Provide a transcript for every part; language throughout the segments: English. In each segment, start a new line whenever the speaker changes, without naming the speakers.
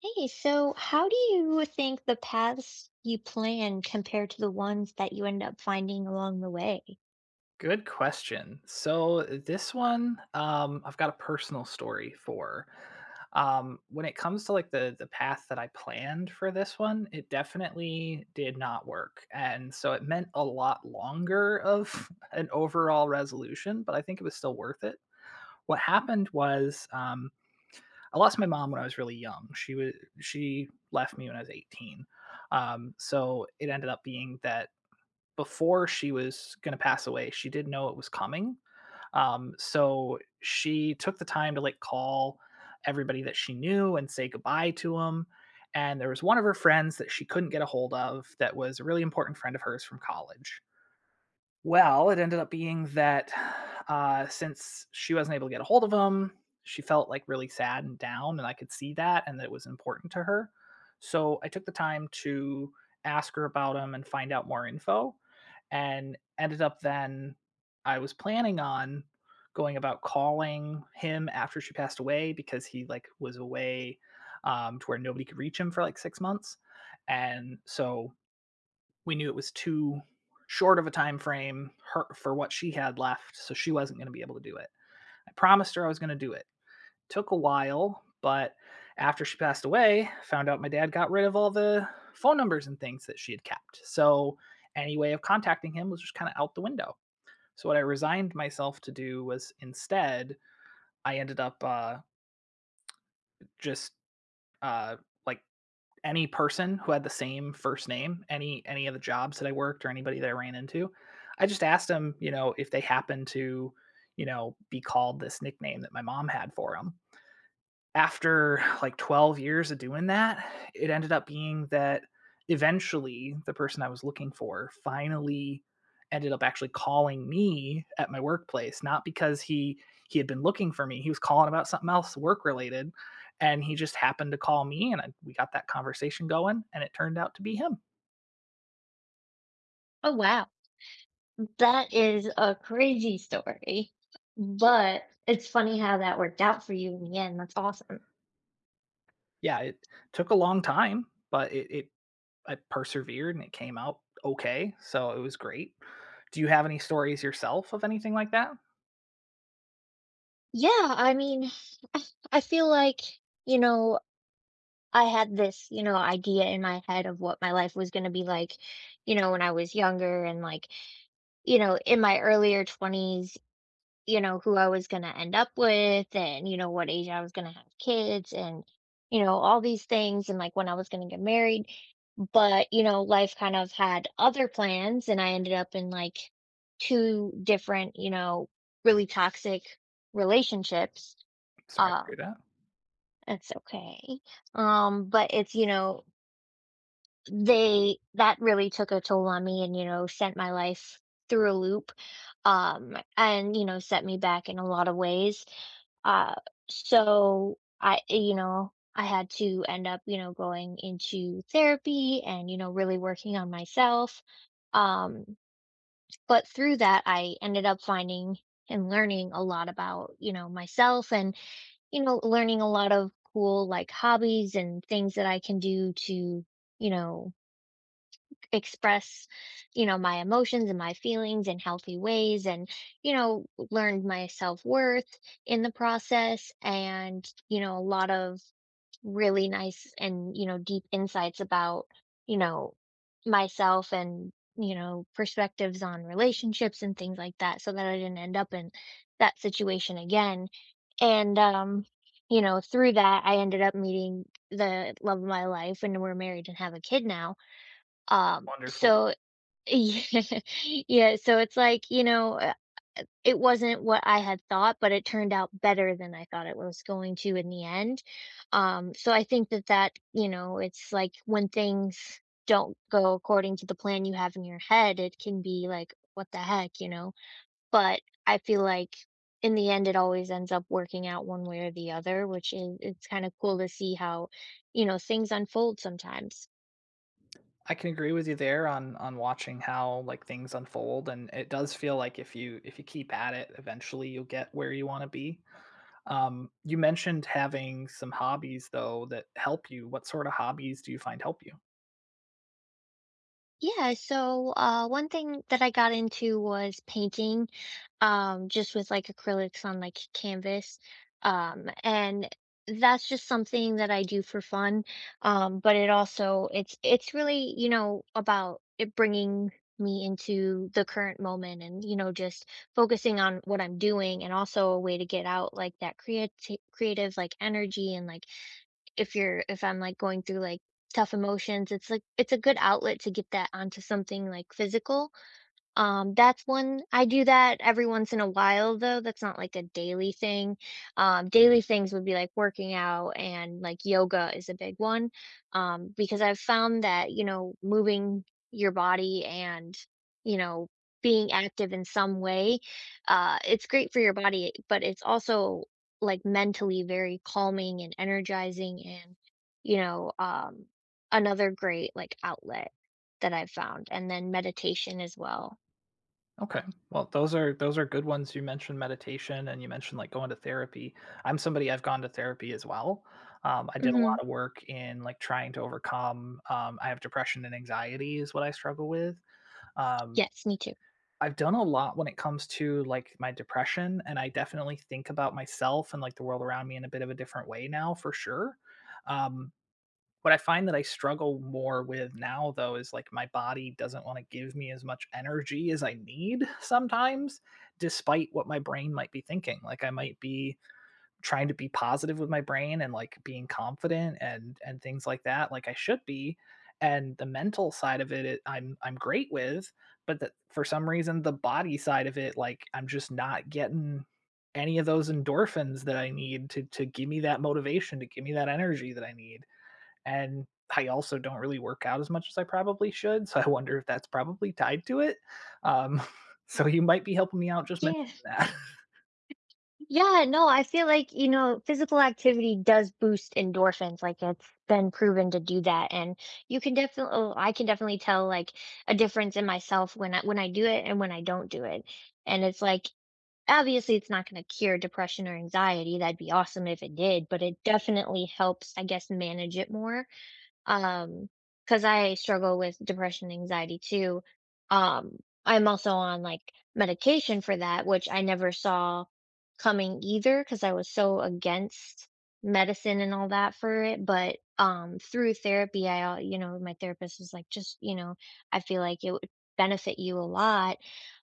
Hey, so how do you think the paths you plan compare to the ones that you end up finding along the way?
Good question. So this one, I've got a personal story for. When it comes to like the path that I planned for this one, it definitely did not work, and so it meant a lot longer of an overall resolution. But I think it was still worth it. What happened was I lost my mom when I was really young. She left me when I was 18. So it ended up being that before she was going to pass away, she did know it was coming. So she took the time to like call everybody that she knew and say goodbye to them. And there was one of her friends that she couldn't get a hold of that was a really important friend of hers from college. Well, it ended up being that since she wasn't able to get a hold of him, she felt like really sad and down, and I could see that and that it was important to her. So I took the time to ask her about him and find out more info, and ended up then I was planning on going about calling him after she passed away because he like was away to where nobody could reach him for like 6 months, and so we knew it was too short of a time frame her, for what she had left, so she wasn't going to be able to do it. I promised her I was going to do it. Took a while, but after she passed away, found out my dad got rid of all the phone numbers and things that she had kept. So any way of contacting him was just kind of out the window. So what I resigned myself to do was instead I ended up just uh, like any person who had the same first name, any of the jobs that I worked or anybody that I ran into. I just asked them, you know, if they happened to, you know, be called this nickname that my mom had for them after like 12 years of doing that, it ended up being that eventually the person I was looking for finally ended up actually calling me at my workplace not because he had been looking for me he was calling about something else work related and he just happened to call me and I, we got that conversation going and it turned out to be him.
Oh, wow. That is a crazy story, but it's funny how that worked out for you in the end. That's awesome.
Yeah, it took a long time but it I persevered and it came out okay, so it was great. Do you have any stories yourself of anything like that?
Yeah, I mean, I I feel like, you know, I had this, you know, idea in my head of what my life was going to be like, you know, when I was younger and like, you know, in my earlier 20s, you know, who I was gonna end up with and, you know, what age I was gonna have kids and, you know, all these things and like when I was gonna get married. But, you know, life kind of had other plans and I ended up in like two different, you know, really toxic relationships.
Sorry to hear
Um,
that.
that's okay. But it's, you know, they that really took a toll on me and you know sent my life through a loop and you know set me back in a lot of ways uh so I you know I had to end up you know going into therapy and you know really working on myself um but through that I ended up finding and learning a lot about you know myself and you know learning a lot of cool like hobbies and things that I can do to you know express you know my emotions and my feelings in healthy ways and you know learned my self-worth in the process and you know a lot of really nice and you know deep insights about you know myself and you know perspectives on relationships and things like that so that I didn't end up in that situation again and you know through that I ended up meeting the love of my life and we're married and have a kid now
Wonderful.
so yeah. Yeah, so it's like, you know, it wasn't what I had thought, but it turned out better than I thought it was going to in the end. So I think that that, you know, it's like when things don't go according to the plan you have in your head, it can be like, what the heck, you know? But I feel like in the end, it always ends up working out one way or the other, which is it's kind of cool to see how, you know, things unfold sometimes.
I can agree with you there on watching how like things unfold and it does feel like if you keep at it eventually you'll get where you want to be. You mentioned having some hobbies though that help you. What sort of hobbies do you find help you?
Yeah, so one thing that I got into was painting, just with like acrylics on like canvas. And that's just something that I do for fun. But it also it's really, you know, about it bringing me into the current moment and, you know, just focusing on what I'm doing and also a way to get out like that creative like energy and like if I'm, like, going through, like, tough emotions, it's, like it's a good outlet to get that onto something, like, physical that's one I do that every once in a while though, that's not like a daily thing. Daily things would be like working out and like yoga is a big one. Because I've found that, you know, moving your body and, you know, being active in some way, it's great for your body, but it's also like mentally very calming and energizing and, you know, another great like outlet that I've found. And then meditation as well.
Okay. Well, those are good ones. You mentioned meditation and you mentioned like going to therapy. I'm somebody I've gone to therapy as well. I did a
Mhm.
lot of work in like trying to overcome. I have depression and anxiety is what I struggle with. Um,
Yes, me too.
I've done a lot when it comes to like my depression, and I definitely think about myself and like the world around me in a bit of a different way now, for sure. Um, what I find that I struggle more with now, though, is like my body doesn't want to give me as much energy as I need sometimes, despite what my brain might be thinking. Like I might be trying to be positive with my brain and like being confident and things like that, like I should be. And the mental side of it, I'm great with, but that for some reason the body side of it, like I'm just not getting any of those endorphins that I need to give me that motivation, to give me that energy that I need and I also don't really work out as much as I probably should. So I wonder if that's probably tied to it. Um, so you might be helping me out just mentioning
Yeah.
that.
Yeah, no, I feel like, you know, physical activity does boost endorphins. Like it's been proven to do that. And you can definitely, oh, I can definitely tell like a difference in myself when I do it and when I don't do it. And it's like obviously it's not going to cure depression or anxiety. That'd be awesome if it did, but it definitely helps, I guess, manage it more. Um, because I struggle with depression, anxiety too. Um, I'm also on like medication for that, which I never saw coming either, because I was so against medicine and all that for it. But through therapy, you know, my therapist was like, just, you know, I feel like it would benefit you a lot.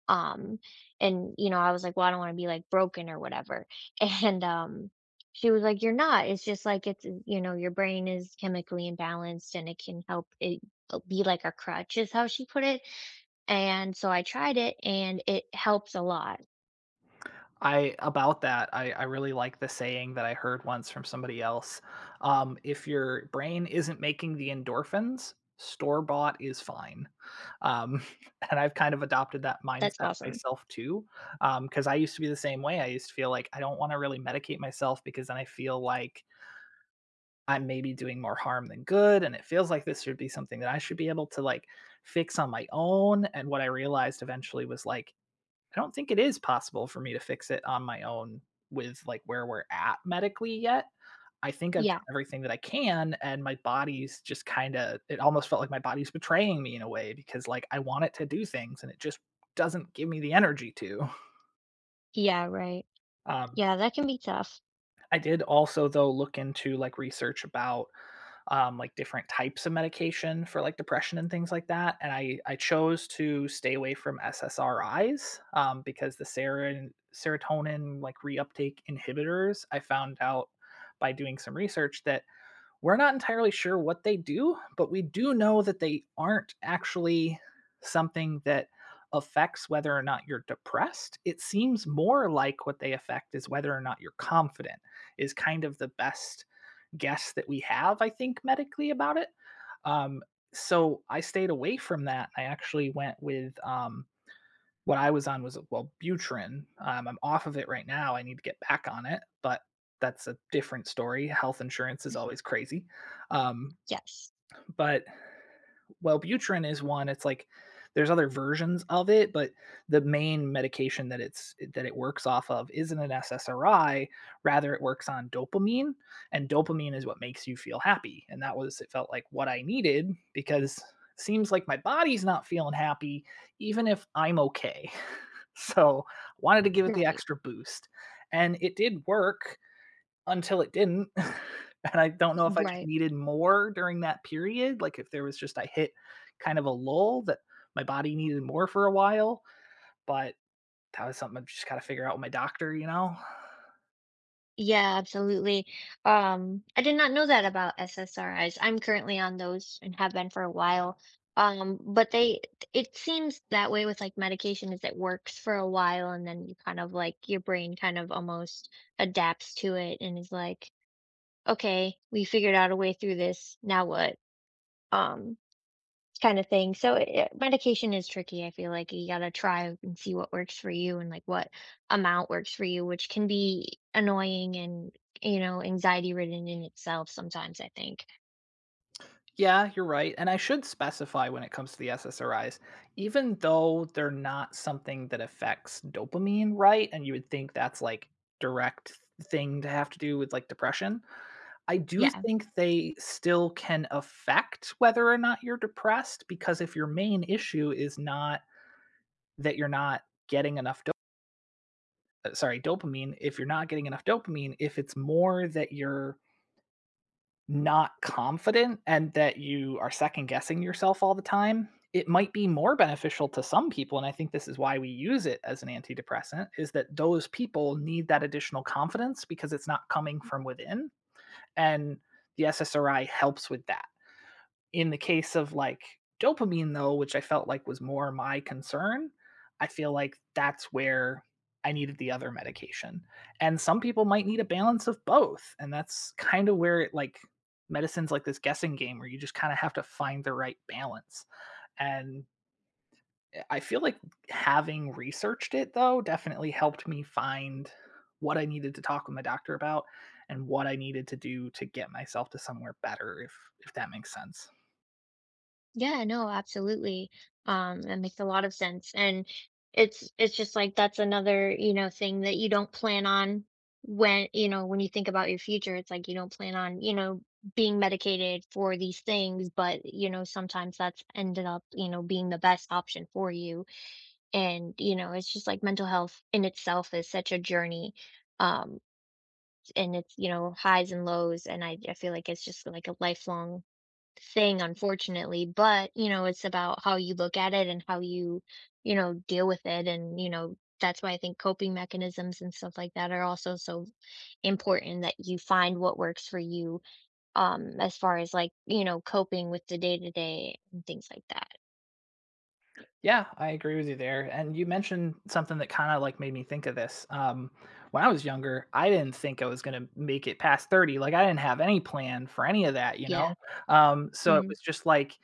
Um, and you know, I was like, well, I don't want to be like broken or whatever. And she was like, "You're not, it's just like it's you know, your brain is chemically imbalanced and it can help it be like a crutch," is how she put it, and so I tried it and it helps a lot.
I about that. I really like the saying that I heard once from somebody else. If your brain isn't making the endorphins, store bought is fine. Um, and I've kind of adopted that
That's
mindset
awesome.
myself too. Because I used to be the same way. I used to feel like I don't want to really medicate myself because then I feel like I'm maybe doing more harm than good. And it feels like this should be something that I should be able to like fix on my own. And what I realized eventually was like, I don't think it is possible for me to fix it on my own with like where we're at medically yet. I think I've
Yeah.
done everything that I can. And my body's just kind of, it almost felt like my body's betraying me in a way because like I want it to do things and it just doesn't give me the energy to.
Yeah, right.
Um,
Yeah, that can be tough.
I did also, though, look into like research about like different types of medication for like depression and things like that. And I chose to stay away from SSRIs because the serotonin like reuptake inhibitors. I found out by doing some research that we're not entirely sure what they do, but we do know that they aren't actually something that affects whether or not you're depressed. It seems more like what they affect is whether or not you're confident, is kind of the best guess that we have, I think, medically about it. Um, so I stayed away from that. I actually went with what I was on was Wellbutrin, I'm off of it right now, I need to get back on it, but that's a different story, health insurance is always crazy, um,
Yes.
but Wellbutrin is one. It's like there's other versions of it, but the main medication that it works off of isn't an SSRI. Rather, it works on dopamine, and dopamine is what makes you feel happy. And that was it felt like what I needed because it seems like my body's not feeling happy, even if I'm okay. So I wanted to give it the
Right.
extra boost. And it did work. Until it didn't, and I don't know if I just
Right.
needed more during that period, like, if there was just I hit kind of a lull that my body needed more for a while, but that was something I just gotta figure out with my doctor, you know?
Yeah, absolutely. I did not know that about SSRIs. I'm currently on those and have been for a while. Um, but they, it seems that way with like medication is it works for a while and then you kind of like your brain kind of almost adapts to it and is like, okay, we figured out a way through this. Now what? Um, Kind of thing. So it, medication is tricky. I feel like you gotta try and see what works for you and like what amount works for you, which can be annoying and you know anxiety ridden in itself sometimes. I think.
Yeah, you're right, and I should specify when it comes to the SSRIs, even though they're not something that affects dopamine, right? And you would think that's, like, direct thing to have to do with, like, depression. I do
Yeah.
think they still can affect whether or not you're depressed, because if your main issue is not that you're not getting enough dopamine, if you're not getting enough dopamine, if it's more that you're not confident and that you are second guessing yourself all the time, it might be more beneficial to some people, and I think this is why we use it as an antidepressant, is that those people need that additional confidence because it's not coming from within, and the SSRI helps with that. In the case of like dopamine, though, which I felt like was more my concern, I feel like that's where I needed the other medication. And some people might need a balance of both. And that's kind of where it like medicine's like this guessing game where you just kind of have to find the right balance. And I feel like having researched it though definitely helped me find what I needed to talk with my doctor about and what I needed to do to get myself to somewhere better if that makes sense.
Yeah, no, absolutely. That makes a lot of sense. And it's just like that's another, you know, thing that you don't plan on when, you know, when you think about your future, it's like you don't plan on, you know, being medicated for these things, but you know, sometimes that's ended up, you know, being the best option for you. And, you know, it's just like mental health in itself is such a journey. Um, and it's, you know, highs and lows. And I feel like it's just like a lifelong thing, unfortunately, but, you know, it's about how you look at it and how you, you know, deal with it. And, you know, that's why I think coping mechanisms and stuff like that are also so important that you find what works for you as far as like, you know, coping with the day to day and things like that.
Yeah, I agree with you there. And you mentioned something that kind of like made me think of this. When I was younger, I didn't think I was going to make it past 30. Like, I didn't have any plan for any of that, you know?
Yeah.
So it
hmm
was just like,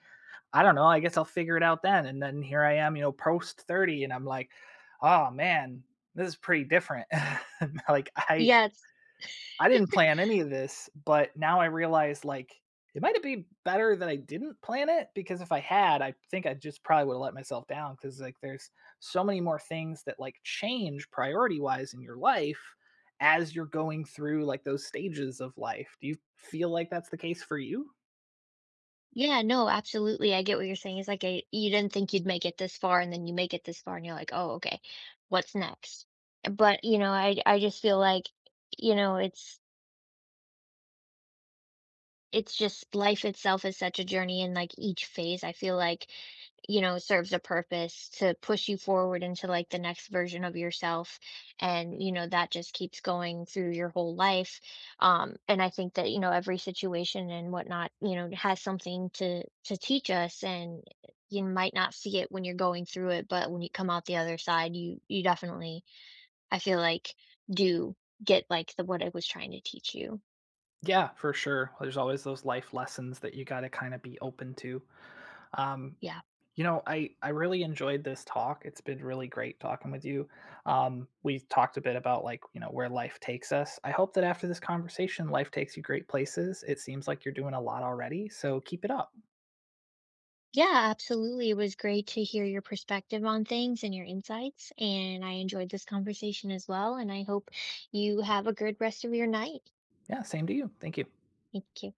I don't know, I guess I'll figure it out then. And then here I am, you know, post 30, and I'm like, oh man, this is pretty different. like,
Yeah, it's
I didn't plan any of this, but now I realize like it might have been better that I didn't plan it because if I had, I think I just probably would have let myself down because like there's so many more things that like change priority wise in your life as you're going through like those stages of life. Do you feel like that's the case for you?
yeah, no, absolutely. I get what you're saying. It's like a, you didn't think you'd make it this far and then you make it this far and you're like, "Oh, okay. What's next?" But, you know, I just feel like you know, it's just life itself is such a journey and like each phase I feel like you know serves a purpose to push you forward into like the next version of yourself and you know that just keeps going through your whole life and I think that you know every situation and whatnot you know has something to teach us and you might not see it when you're going through it but when you come out the other side you definitely I feel like do get like the what it was trying to teach you
Yeah, for sure. There's always those life lessons that you got to kind of be open to. Um,
yeah.
you know, I really enjoyed this talk. It's been really great talking with you. We talked a bit about like you know where life takes us. I hope that after this conversation, life takes you great places. It seems like you're doing a lot already, so keep it up.
Yeah, absolutely. It was great to hear your perspective on things and your insights. And I enjoyed this conversation as well. And I hope you have a good rest of your night.
Yeah, same to you. Thank you.
Thank you.